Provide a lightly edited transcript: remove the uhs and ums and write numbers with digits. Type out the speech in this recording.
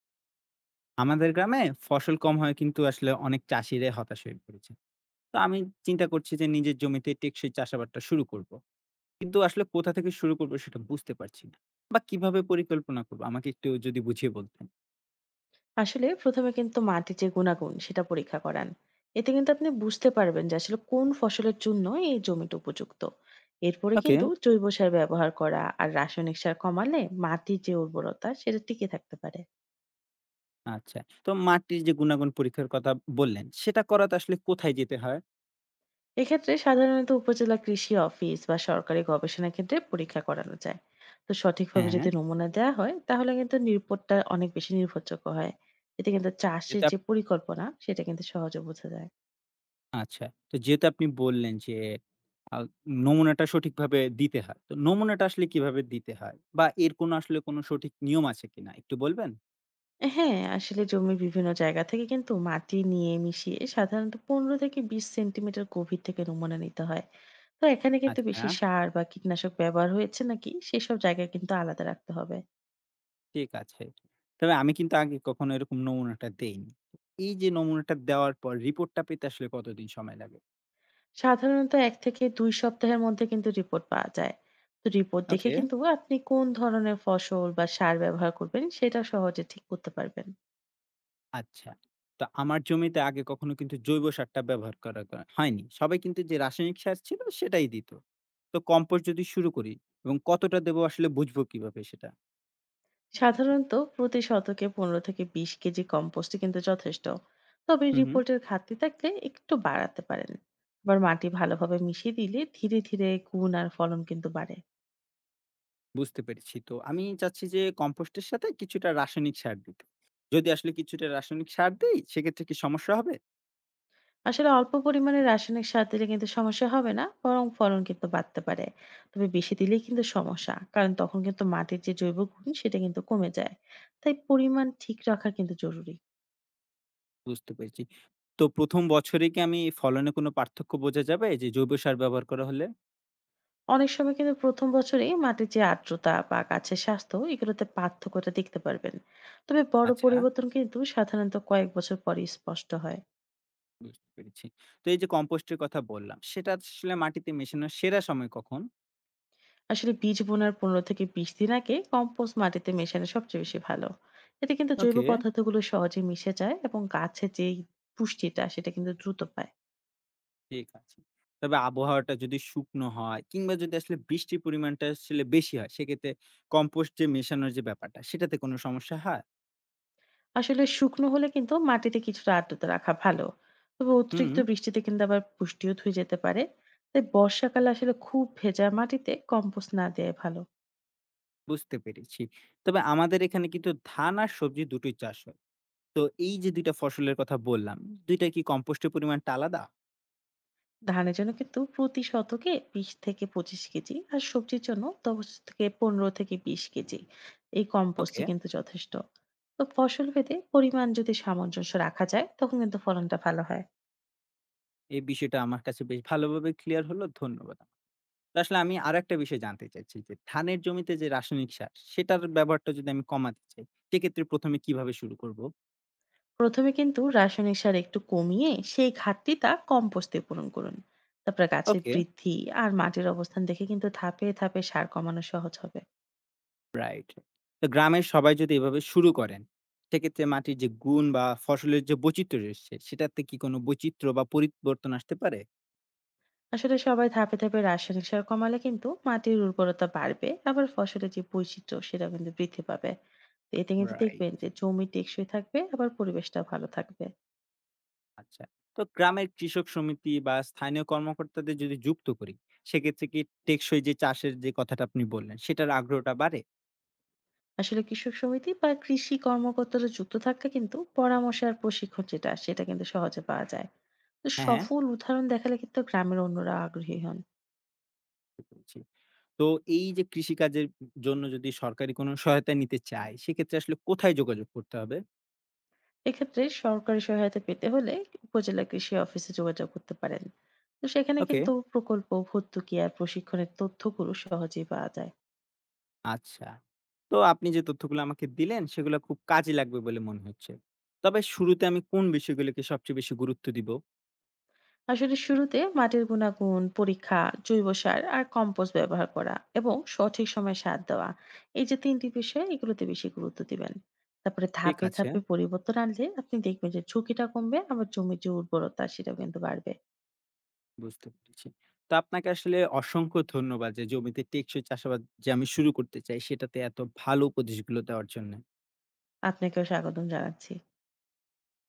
আমাদের গ্রামে ফসল কম হয়, কিন্তু আসলে অনেক চাষিরাই হতাশ হয়ে পড়েছে। তো আমি চিন্তা করছি যে নিজের জমিতে টেকসই চাষাবাদটা শুরু করব, কিন্তু আসলে কোথা থেকে শুরু করব সেটা বুঝতে পারছি না, বা কিভাবে পরিকল্পনা করব। আমাকে একটু যদি বুঝিয়ে বলতেন। আসলে ১ম এ কিন্তু মাটির যে গুণাগুণ সেটা পরীক্ষা করান। এতে কিন্তু আপনি বুঝতে পারবেন যে আসলে কোন ফসলের জন্য এই জমিটা উপযুক্ত। এরপরে ওকে, কিন্তু জৈব সার ব্যবহার করা আর রাসায়নিক সার কমালে মাটির যে উর্বরতা সেটা টিকে থাকতে পারে। আচ্ছা। তো মাটির যে গুণাগুণ পরীক্ষার কথা বললেন, সেটা করাতে আসলে কোথায় যেতে হয়? এক্ষেত্রে সাধারণত উপজেলা কৃষি অফিস বা সরকারি গবেষণা কেন্দ্রে পরীক্ষা করানো যায়। তো সঠিকভাবে হ্যাঁ, হ্যাঁ। যদি নমুনা দেওয়া হয় তাহলে কিন্তু রিপোর্টটা অনেক বেশি নির্ভরযোগ্য হয়। এতে কিন্তু চাষের যেটা যে আপ- পরিকল্পনা সেটা কিন্তু সহজে বোঝা যায়। আচ্ছা, তো যেটা আপনি বললেন যে আহ, নমুনাটা সঠিকভাবে দিতে হয়, তো নমুনাটা আসলে কিভাবে দিতে হয়, বা এর কোনো আসলে কোনো সঠিক নিয়ম আছে কিনা একটু বলবেন। হ্যাঁ, আসলে জমির বিভিন্ন জায়গা থেকে কিন্তু মাটি নিয়ে মিশিয়ে সাধারণত ১৫ থেকে ২০ সেন্টিমিটার গভীর থেকে নমুনা নিতে হয়। তো এখানে কিন্তু আচ্ছা, বেশি সার বা কীটনাশক ব্যবহার হয়েছে নাকি সেসব জায়গা কিন্তু আলাদা রাখতে হবে। ঠিক আছে। তবে আমি কিন্তু আগে কখনো এরকম নমুনাটা দেইনি। এই যে নমুনাটা দেওয়ার পর রিপোর্টটা পেতে আসলে কতদিন সময় লাগে? সাধারণত ১ থেকে ২ সপ্তাহের মধ্যে কিন্তু রিপোর্ট পাওয়া যায়। তো রিপোর্ট দেখে ওকে, কিন্তু আপনি কোন ধরনের ফসল বা সার ব্যবহার করবেন সেটা সহজে ঠিক করতে পারবেন। আচ্ছা। তো আমার জমিতে আগে কখনো কিন্তু জৈব সারটা ব্যবহার করা হয়নি। সবাই কিন্তু যে রাসায়নিক সার ছিল সেটাই দিত। তো কম্পোস্ট যদি শুরু করি, এবং কতটা দেবো আসলে বুঝবো কিভাবে সেটা? সাধারণত প্রতি শতকে ১৫ থেকে ২০ কেজি কম্পোস্ট কিন্তু যথেষ্ট। তবে হুম, হুম, রিপোর্টের ঘাটতি থাকলে একটু বাড়াতে পারেন। আবার মাটি ভালোভাবে মিশিয়ে দিলে ধীরে ধীরে গুণ আর ফলন কিন্তু বাড়ে। বুঝতে পেরেছি। তো আমি চাচ্ছি যে কম্পোস্টের সাথে কিছুটা রাসায়নিক সার দিতে। যদি আসলে কিছুটা রাসায়নিক সার দেই সেক্ষেত্রে কি সমস্যা হবে? আসলে অল্প পরিমাণে রাসায়নিক সার দিলে কিন্তু সমস্যা হবে না, বরং ফলন কিন্তু বাড়তে পারে। তবে বেশি দিলেই কিন্তু সমস্যা, কারণ তখন কিন্তু মাটির যে জৈব গুণ সেটা কিন্তু কমে যায়। তাই পরিমাণ ঠিক রাখা কিন্তু জরুরি। বুঝতে পেরেছি। তো ১ম বছরে কি আমি ফলনে কোনো পার্থক্য বোঝা যাবে, এই যে জৈব সার ব্যবহার করা হলে? অনেক সময় কিন্তু ১ম বছরেই মাটির যে আর্দ্রতা বা গাছের স্বাস্থ্য এগুলোতে পার্থক্যটা দেখতে পারবেন। তবে বড় আচ্ছা, পরিবর্তন কিন্তু সাধারণত কয়েক বছর পরেই স্পষ্ট হয়। বুঝতে পেরেছি। তো এই যে কম্পোস্টের কথা বললাম, সেটা আসলে মাটিতে মেশানোর সেরা সময় কখন? আসলে বীজ বোনার ১৫ থেকে ২০ দিন আগে কম্পোস্ট মাটিতে মেশানো সবচেয়ে বেশি ভালো। এতে কিন্তু জৈব ওকে, পদার্থগুলো সহজে মিশে যায় এবং গাছের যেই পুষ্টিটা সেটা কিন্তু দ্রুত পায়। ঠিক আছে। তবে আবহাওয়াটা যদি শুকনো হয়, কিংবা যদি আসলে বৃষ্টির পরিমাণটা আসলে বেশি হয়, সেক্ষেত্রে কম্পোস্ট যে মেশানোর যে ব্যাপারটা, সেটাতে কোনো সমস্যা হয়? আসলে শুকনো হলে কিন্তু মাটিতে কিছুটা আর্দ্রতা রাখা ভালো। তবে হুম, অতিরিক্ত বৃষ্টিতে কিন্তু আবার পুষ্টিও ধুয়ে যেতে পারে। তাই বর্ষাকালে আসলে খুব ভেজা মাটিতে কম্পোস্ট না দেওয়াই ভালো। বুঝতে পেরেছি। তবে আমাদের এখানে কিন্তু ধান আর সবজি দুটোই চাষ হয়। তো এই যে ২ টা ফসলের কথা বললাম, ২ টায় কি কম্পোস্টের পরিমাণটা আলাদা? ধানের জন্য কিন্তু প্রতি শতকে ২০ থেকে ২৫ কেজি, আর সবজির জন্য ১০ থেকে ১৫ থেকে ২০ কেজি, এই কম্পোস্টই ওকে। কিন্তু যথেষ্ট। তো ফসল ভেদে পরিমাণ যদি সামঞ্জস্য রাখা যায় তখন কিন্তু ফলনটা ভালো হয়। এই বিষয়টা আমার কাছে বেশ ভালোভাবে ক্লিয়ার হলো, ধন্যবাদ। তো আসলে আমি আরেকটা বিষয় জানতে চাইছি যে, ধানের জমিতে যে রাসায়নিক সার, সেটার ব্যবহারটা যদি আমি কমাতে চাই, সেক্ষেত্রে ১ম এ কিভাবে শুরু করব? প্রথমে কিন্তু রাসায়নিক সার একটু কমিয়ে সেই ঘাটতিটা কম্পোস্টে পূরণ করুন। তারপরে গাছের ওকে, বৃদ্ধি আর মাটির অবস্থান দেখে কিন্তু ধাপে ধাপে সার কমানো সহজ হবে। রাইট। তো গ্রামের সবাই যদি এভাবে শুরু করেন, সেক্ষেত্রে মাটির যে গুণ বা ফসলের যে বৈচিত্র্য রয়েছে, সেটাতে কি কোনো বৈচিত্র্য বা পরিবর্তন আসতে পারে? আসলে সবাই ধাপে ধাপে রাসায়নিক সার কমালে কিন্তু মাটির উর্বরতা বাড়বে, আবার ফসলের যে বৈচিত্র্য সেটা কিন্তু বৃদ্ধি পাবে। এতে কিন্তু দেখবেন রাইট, যে জমি টেকসই থাকবে, আবার পরিবেশটা ভালো থাকবে। আচ্ছা। তো গ্রামের কৃষক সমিতি বা স্থানীয় কর্মকর্তাদের যদি যুক্ত করি, সেক্ষেত্রে কি টেকসই যে চাষের যে কথাটা আপনি বললেন, সেটার আগ্রহটা বাড়ে? আসলে কৃষক সমিতি বা কৃষি কর্মকর্তারা যুক্ত থাকলে কিন্তু পরামর্শ আর প্রশিক্ষণ যেটা সেটা কিন্তু সহজে পাওয়া যায়। তো হ্যাঁ, হ্যাঁ, সফল উদাহরণ দেখালে কিন্তু গ্রামের অন্যরা আগ্রহী হন। বুঝতে পেরেছি। তো এই যে কৃষিকাজের জন্য যদি সরকারি কোনো সহায়তা নিতে চায়, সেক্ষেত্রে আসলে কোথায় যোগাযোগ করতে হবে? এক্ষেত্রে সরকারি সহায়তা পেতে হলে উপজেলা কৃষি অফিসে যোগাযোগ করতে পারেন। তো সেখানে ওকে, কিন্তু প্রকল্প, ভর্তুকি আর প্রশিক্ষণের তথ্যগুলো সহজেই পাওয়া যায়। আচ্ছা। তো আপনি যে তথ্যগুলো আমাকে দিলেন, সেগুলো খুব কাজে লাগবে বলে মনে হচ্ছে। তবে শুরুতে আমি কোন বিষয়গুলোকে সবচেয়ে বেশি গুরুত্ব দিব? আসলে শুরুতে মাটির গুণাগুণ পরীক্ষা, জৈব সার আর কম্পোস্ট ব্যবহার করা এবং সঠিক সময় সার দেওয়া, এই যে তিনটি বিষয় এগুলোতে বেশি গুরুত্ব দিবেন। তারপরে ঠিক ধাপে আছে, ধাপে পরিবর্তন আনলে আপনি দেখবেন যে ঝুঁকিটা কমবে, আবার জমির যে উর্বরতা সেটা কিন্তু বাড়বে। বুঝতে পেরেছি। তো আপনাকে আসলে অসংখ্য ধন্যবাদ, যে জমিতে টেকসই চাষাবাদ যে আমি শুরু করতে চাই, সেটাতে এত ভালো উপদেশগুলো দেওয়ার জন্য। আপনাকেও স্বাগতম জানাচ্ছি।